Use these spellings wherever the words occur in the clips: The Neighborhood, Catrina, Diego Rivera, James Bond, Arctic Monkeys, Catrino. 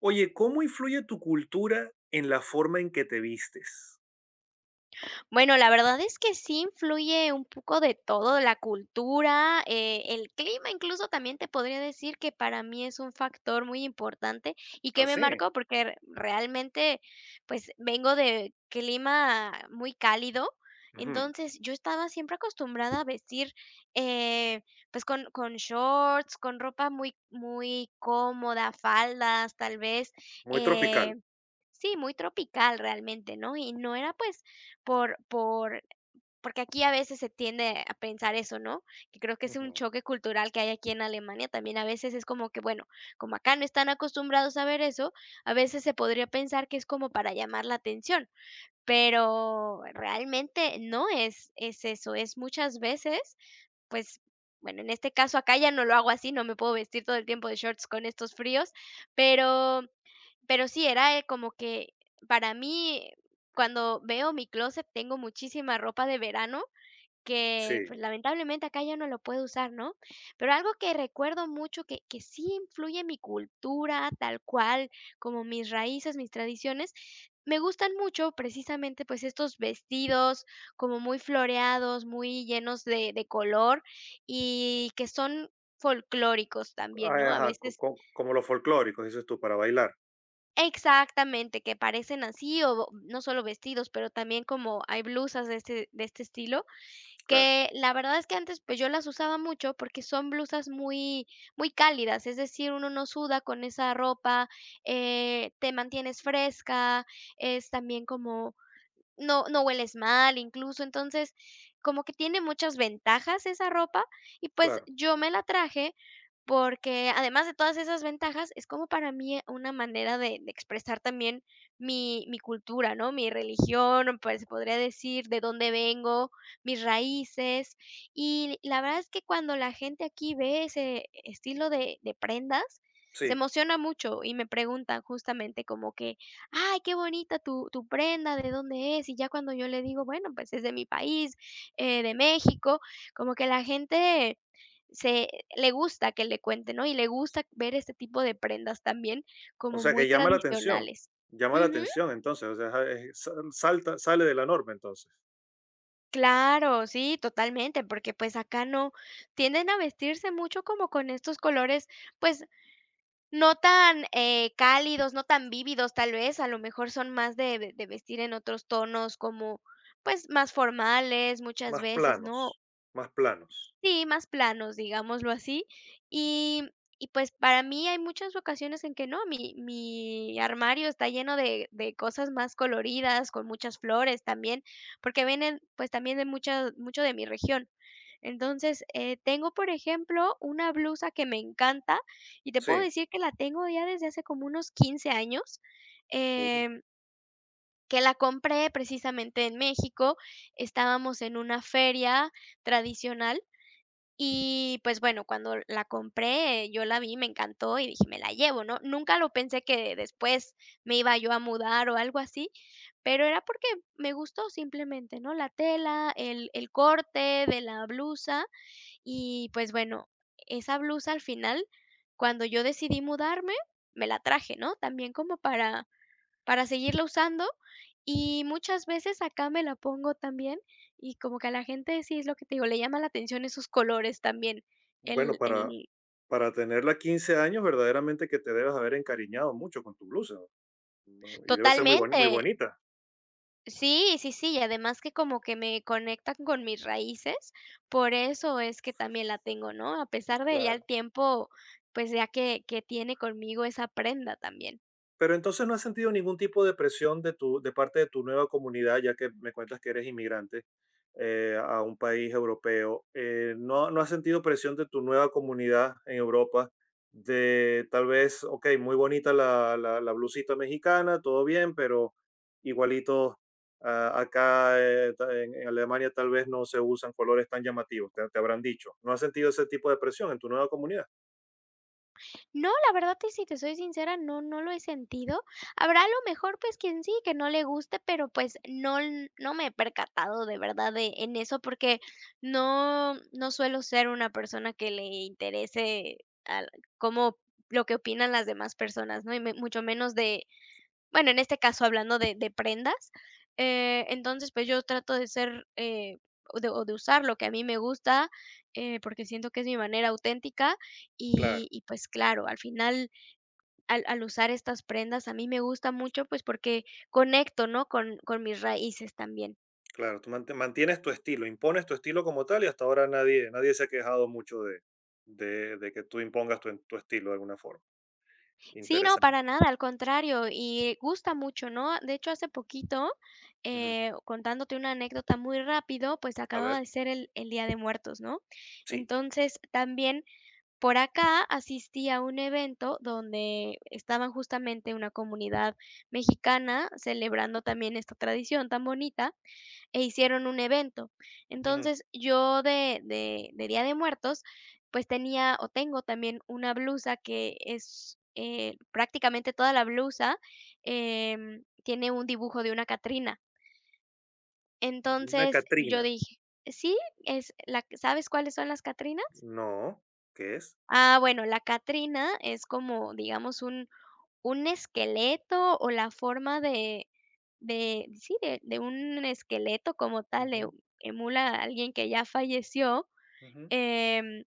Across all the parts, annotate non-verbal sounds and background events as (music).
Oye, ¿cómo influye tu cultura en la forma en que te vistes? Bueno, la verdad es que sí influye un poco de todo, la cultura, el clima, incluso también te podría decir que para mí es un factor muy importante y que me ¿Así? ¿Sí? marcó porque realmente pues vengo de clima muy cálido. Ujú. Entonces yo estaba siempre acostumbrada a vestir eh, pues con shorts, con ropa muy, muy cómoda, faldas tal vez, Muy eh, tropical. Sí, muy tropical realmente, ¿no? Y no era, pues, por por porque aquí a veces se tiende a pensar eso, ¿no? Que creo que es un Ujú. choque cultural que hay aquí en Alemania, también a veces es como que, bueno, como acá no están acostumbrados a ver eso, a veces se podría pensar que es como para llamar la atención, pero realmente no es eso, es muchas veces pues, bueno, en este caso acá ya no lo hago así, no me puedo vestir todo el tiempo de shorts con estos fríos, pero pero sí, era, como que para mí, cuando veo mi closet tengo muchísima ropa de verano que, Sí, pues, lamentablemente acá ya no lo puedo usar, ¿no? Pero algo que recuerdo mucho que sí influye en mi cultura, tal cual, como mis raíces, mis tradiciones, me gustan mucho precisamente, pues, estos vestidos como muy floreados, muy llenos de color y que son folclóricos también, ¿no? ah, A ajá, veces como los folclóricos, dices tú, para bailar. exactamente, que parecen así o no solo vestidos, pero también como hay blusas de este estilo Claro, que la verdad es que antes, pues, yo las usaba mucho porque son blusas muy cálidas, es decir, uno no suda con esa ropa, te mantienes fresca, es también como no hueles mal, incluso, entonces, como que tiene muchas ventajas esa ropa, y pues, claro, yo me la traje porque, además de todas esas ventajas, es como para mí una manera de expresar también mi cultura, ¿no? Mi religión, pues, se podría decir, de dónde vengo, mis raíces. Y la verdad es que cuando la gente aquí ve ese estilo de prendas, se sí. emociona mucho y me preguntan justamente como que: ay, qué bonita tu prenda, ¿de dónde es? Y ya cuando yo le digo, bueno, pues es de mi país, de México, como que la gente se le gusta que le cuente, ¿no? Y le gusta ver este tipo de prendas también O como sea muy que tradicionales. llama la Ujú. atención entonces. O sea, salta, sale de la norma entonces. Claro, sí, totalmente, porque pues acá no tienden a vestirse mucho como con estos colores, pues no tan, cálidos, no tan vívidos, tal vez, a lo mejor son más de vestir en otros tonos como, pues, más formales muchas Más veces, ¿no? planos, más planos. Sí, más planos, digámoslo así. Y y pues, para mí hay muchas ocasiones en que no, mi armario está lleno de cosas más coloridas, con muchas flores también, porque vienen, pues, también de mucha mucho de mi región. Entonces, tengo, por ejemplo, una blusa que me encanta, y te puedo Sí. decir que la tengo ya desde hace como unos 15 años, Uh, em, que la compré precisamente en México. Estábamos en una feria tradicional y, pues, bueno, cuando la compré, yo la vi, me encantó y dije: "Me la llevo", ¿no? Nunca lo pensé que después me iba yo a mudar o algo así, pero era porque me gustó simplemente, ¿no? La tela, el corte de la blusa y, pues, bueno, esa blusa al final, cuando yo decidí mudarme, me la traje, ¿no? También como para seguirla usando, y muchas veces acá me la pongo también, y como que a la gente sí es lo que te digo, le llama la atención esos colores también. Bueno, para, El para tenerla 15 años, verdaderamente que te debes haber encariñado mucho con tu blusa, ¿no? Y debe ser muy Totalmente. bonita. Sí, sí, sí, y además que como que me conectan con mis raíces, por eso es que también la tengo, ¿no? A pesar de ya Claro. el tiempo, pues, ya que tiene conmigo esa prenda también. Pero entonces no has sentido ningún tipo de presión de parte de tu nueva comunidad, ya que me cuentas que eres inmigrante, a un país europeo. No has sentido presión de tu nueva comunidad en Europa de tal vez, ok, muy bonita la blusita mexicana, todo bien, pero igualito, ah, acá, en Alemania tal vez no se usan colores tan llamativos, te habrán dicho. ¿No has sentido ese tipo de presión en tu nueva comunidad? No, la verdad, y si te soy sincera, no, no lo he sentido. Habrá a lo mejor, pues, quien sí, que no le guste, pero pues no, no me he percatado de verdad de, en eso porque no, no suelo ser una persona que le interese al- cómo lo que opinan las demás personas, ¿no? Y mucho menos de bueno, en este caso, hablando de prendas, entonces, pues, yo trato de ser, o de usar lo que a mí me gusta, porque siento que es mi manera auténtica Claro. y, pues, claro, al final, al usar estas prendas, a mí me gusta mucho, pues, porque conecto, ¿no?, con mis raíces también. Claro, tú mantienes tu estilo, impones tu estilo como tal, y hasta ahora nadie, nadie se ha quejado mucho de que tú impongas tu estilo de alguna forma. Sí, no, Interesante. para nada, al contrario, y gusta mucho, ¿no? De hecho, hace poquito, Ujú. Contándote una anécdota muy rápido, pues, A acaba ver, de ser el Día de Muertos, ¿no? sí. Entonces, también, por acá asistí a un evento donde estaban justamente una comunidad mexicana celebrando también esta tradición tan bonita e hicieron un evento. Ujú. Entonces, yo de Día de Muertos, pues tenía o tengo también una blusa que es, prácticamente toda la blusa, tiene un dibujo de una Catrina. De una Entonces, yo Catrina. dije: "Sí, es la ¿sabes cuáles son las Catrinas?". No, ¿qué es? Ah, bueno, la Catrina es como, digamos, un esqueleto o la forma de sí, de un esqueleto como tal, de Ujú. emula a alguien que ya falleció, Ujú. em,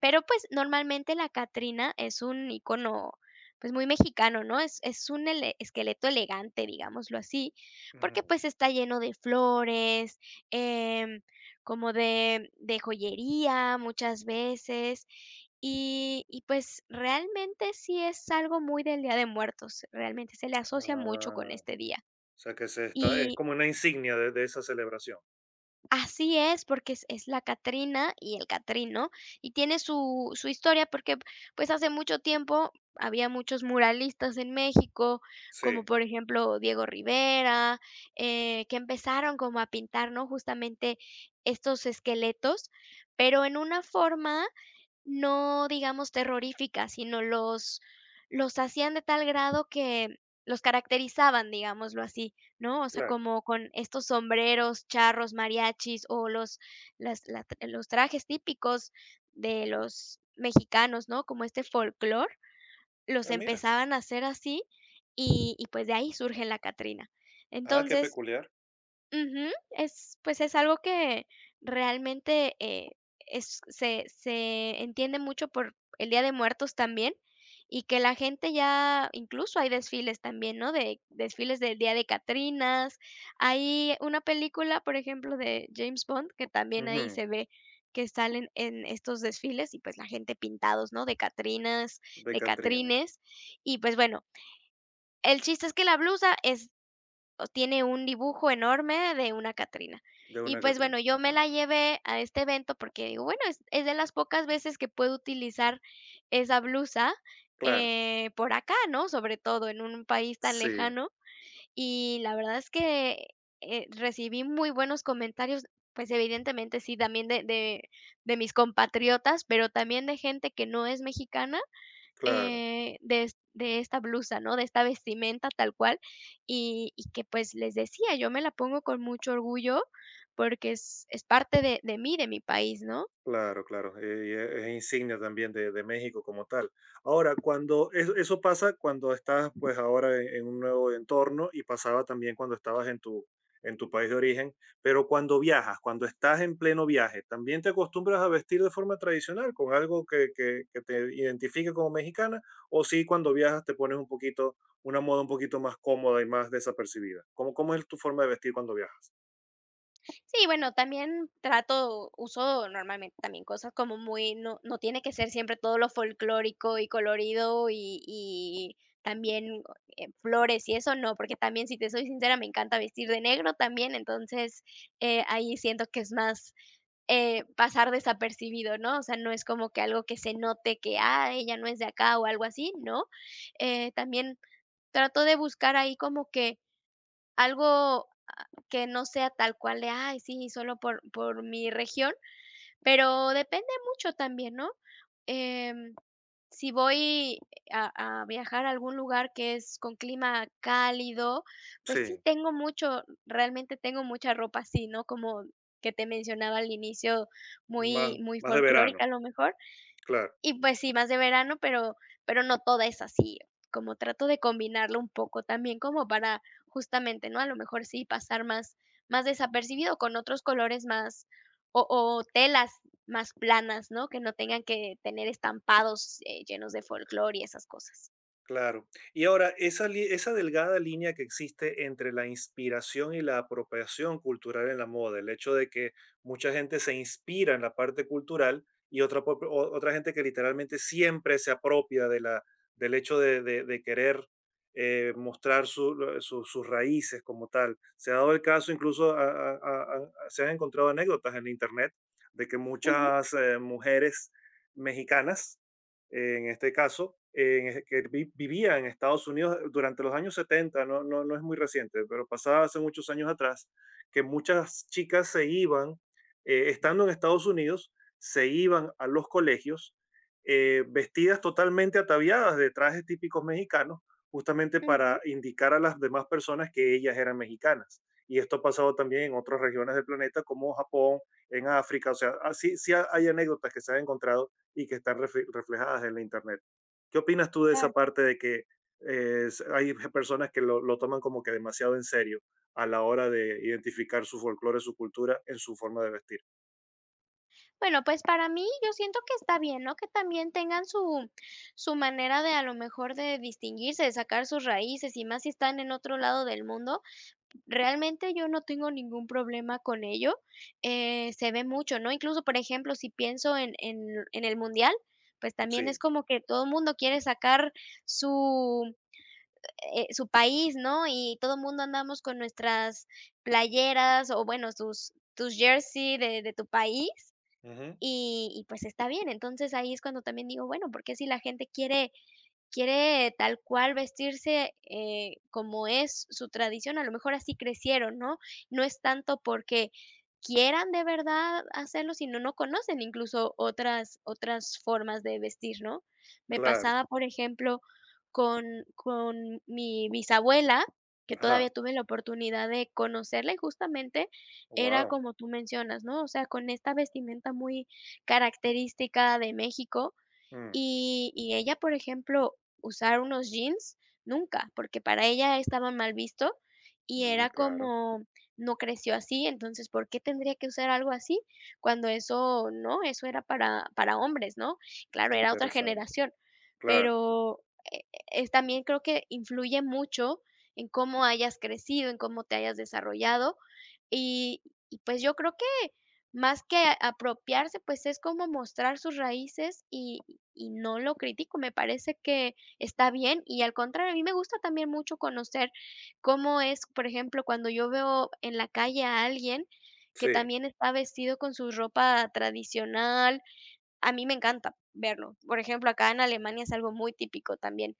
pero, pues, normalmente la Catrina es un icono, pues, muy mexicano, ¿no? Es un ele esqueleto elegante, digámoslo así, porque, Ujú. pues, está lleno de flores, em, como de joyería muchas veces, y, pues, realmente sí es algo muy del Día de Muertos, realmente se le asocia mucho con Ah, este día. o sea que es Y como una insignia de esa celebración. así es, porque es la Catrina y el Catrino, y tiene su historia, porque, pues, hace mucho tiempo había muchos muralistas en México, como Sí, por ejemplo Diego Rivera, que empezaron como a pintar, ¿no?, justamente estos esqueletos, pero en una forma no, digamos, terroríficas, sino los hacían de tal grado que los caracterizaban, digámoslo así, ¿no? O sea, claro. como con estos sombreros, charros, mariachis o los las la los trajes típicos de los mexicanos, ¿no? Como este folclor, los Ah, mira. empezaban a hacer así y, pues, de ahí surge la Catrina. Ah, qué Entonces, peculiar. ujú, es, pues, es algo que realmente, es se se entiende mucho por el Día de Muertos también, y que la gente ya incluso hay desfiles también, ¿no? De desfiles del Día de Catrinas. Hay una película, por ejemplo, de James Bond, que también ahí Ujú. se ve que salen en estos desfiles y, pues, la gente pintados, ¿no? De catrinas, De de Catrina, catrines. Y, pues, bueno, el chiste es que la blusa es o tiene un dibujo enorme de una Catrina. de Y, una pues, Catrina. bueno, yo me Ajá. la llevé a este evento porque digo: "Bueno, es de las pocas veces que puedo utilizar esa blusa, Claro, por acá", ¿no? Sobre todo en un país tan sí, lejano. Y la verdad es que, recibí muy buenos comentarios, pues, evidentemente sí, también de de mis compatriotas, pero también de gente que no es mexicana, claro. De esta blusa, ¿no? De esta vestimenta tal cual, y que, pues, les decía, yo me la pongo con mucho orgullo porque es parte de mí, de mi país, ¿no? Claro, claro, y es insignia también de México como tal. Ahora, cuando eso pasa cuando estás pues ahora en un nuevo entorno, y pasaba también cuando estabas en tu país de origen, pero cuando viajas, cuando estás en pleno viaje, ¿también te acostumbras a vestir de forma tradicional con algo que te identifique como mexicana? ¿O sí cuando viajas te pones un poquito, una moda un poquito más cómoda y más desapercibida? ¿Cómo es tu forma de vestir cuando viajas? Sí, bueno, también trato uso normalmente también cosas como muy no tiene que ser siempre todo lo folclórico y colorido y también, flores y eso no, porque también, si te soy sincera, me encanta vestir de negro también, entonces, ahí siento que es más pasar desapercibido, ¿no? O sea, no es como que algo que se note que, ah, ella no es de acá o algo así, no. También trato de buscar ahí como que algo que no sea tal cual de, ay, sí, solo por mi región, pero depende mucho también, ¿no? Em, si voy a viajar a algún lugar que es con clima cálido, pues sí Sí, tengo mucho, realmente tengo mucha ropa así, ¿no? Como que te mencionaba al inicio, más, muy más de folclórica verano, a lo mejor, claro. y pues sí, más de verano, pero no toda es así, como trato de combinarlo un poco también como para justamente, ¿no? A lo mejor sí pasar más desapercibido con otros colores más o telas más planas, ¿no? Que no tengan que tener estampados, llenos de folclore y esas cosas. Claro. Y ahora, esa, esa delgada línea que existe entre la inspiración y la apropiación cultural en la moda, el hecho de que mucha gente se inspira en la parte cultural y otra, otra gente que literalmente siempre se apropia del hecho de querer, mostrar sus raíces como tal. Se ha dado el caso, incluso se han encontrado anécdotas en Internet de que Ujú, muchas, mujeres mexicanas, en este caso, que vivía en Estados Unidos durante los años 70. No, no, no es muy reciente, pero pasaba hace muchos años atrás, que muchas chicas se iban, estando en Estados Unidos, se iban a los colegios, vestidas totalmente ataviadas de trajes típicos mexicanos, justamente para ujú, indicar a las demás personas que ellas eran mexicanas. Y esto ha pasado también en otras regiones del planeta, como Japón, en África, o sea, así sí hay anécdotas que se han encontrado y que están reflejadas en la Internet. ¿Qué opinas tú de esa claro. parte de que, hay (laughs) personas que toman como que demasiado en serio a la hora de identificar su folclore, su cultura en su forma de vestir? Bueno, pues para mí yo siento que está bien, ¿no? Que también tengan su manera de a lo mejor de distinguirse, de sacar sus raíces, y más si están en otro lado del mundo. Realmente yo no tengo ningún problema con ello, se ve mucho, ¿no? Incluso, por ejemplo, si pienso en en el mundial, pues también es Sí, como que todo el mundo quiere sacar su, su país, ¿no? Y todo el mundo andamos con nuestras playeras o bueno, tus jersey de tu país ujú, y pues está bien. Entonces ahí es cuando también digo, bueno, porque si la gente quiere tal cual vestirse, como es su tradición, a lo mejor así crecieron, ¿no? No es tanto porque quieran de verdad hacerlo, sino no conocen incluso otras formas de vestir, ¿no? Me claro, pasaba, por ejemplo, con con mi bisabuela, que todavía ajá, tuve la oportunidad de conocerla, y justamente era wow, como tú mencionas, ¿no? O sea, con esta vestimenta muy característica de México. mm, Y ella, por ejemplo, usar unos jeans, nunca, porque para ella estaba mal visto y mm, era claro, como, no creció así, entonces, ¿por qué tendría que usar algo así? Cuando eso no, eso era para hombres, ¿no? Claro, era otra interesante, generación, claro, pero, eh, es también creo que influye mucho en cómo hayas crecido, en cómo te hayas desarrollado y y, pues, yo creo que más que apropiarse, pues, es como mostrar sus raíces y no lo critico, me parece que está bien, y al contrario, a mí me gusta también mucho conocer cómo es, por ejemplo, cuando yo veo en la calle a alguien que sí, también está vestido con su ropa tradicional a mí me encanta verlo. Por ejemplo, acá en Alemania es algo muy típico también,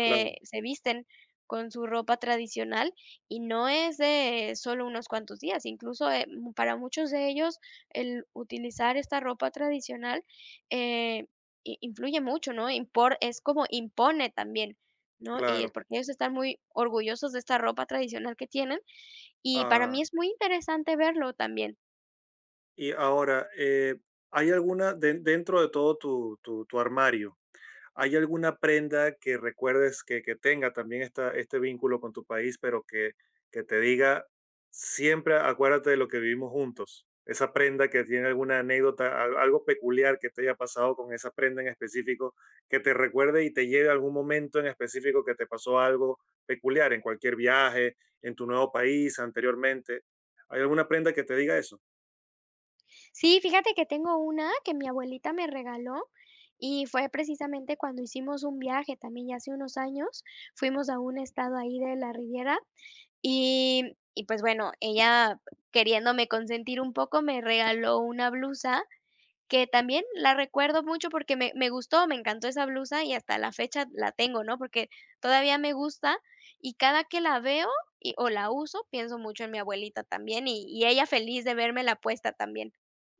claro, se visten con su ropa tradicional y no es de solo unos cuantos días. Incluso, para muchos de ellos, el utilizar esta ropa tradicional, eh, i influye mucho, ¿no? Impor es como impone también, ¿no? Y es claro. porque ellos están muy orgullosos de esta ropa tradicional que tienen, y para mí Ah, es muy interesante verlo también. y ahora, ¿hay alguna dentro de todo tu, tu armario? ¿Hay alguna prenda que recuerdes que tenga también este vínculo con tu país, pero que te diga siempre acuérdate de lo que vivimos juntos? Esa prenda que tiene alguna anécdota, algo peculiar que te haya pasado con esa prenda en específico, que te recuerde y te lleve a algún momento en específico que te pasó algo peculiar en cualquier viaje, en tu nuevo país, anteriormente. ¿Hay alguna prenda que te diga eso? Sí, fíjate que tengo una que mi abuelita me regaló y fue precisamente cuando hicimos un viaje también ya hace unos años, fuimos a un estado ahí de la Riviera y y pues bueno, ella queriéndome consentir un poco me regaló una blusa que también la recuerdo mucho porque me gustó, me encantó esa blusa y hasta la fecha la tengo, ¿no? Porque todavía me gusta y cada que la veo o la uso, pienso mucho en mi abuelita también y ella feliz de verme la puesta también.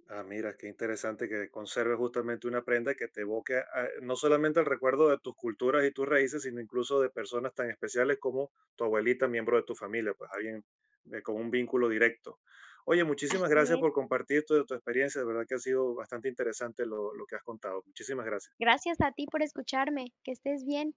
Ah, mira, qué interesante que conserves justamente una prenda que te evoque, no solamente el recuerdo de tus culturas y tus raíces, sino incluso de personas tan especiales como tu abuelita, miembro de tu familia, pues alguien, con un vínculo directo. Oye, muchísimas gracias Así es. por compartir tu experiencia, de verdad que ha sido bastante interesante lo que has contado. Muchísimas gracias. Gracias a ti por escucharme. Que estés bien.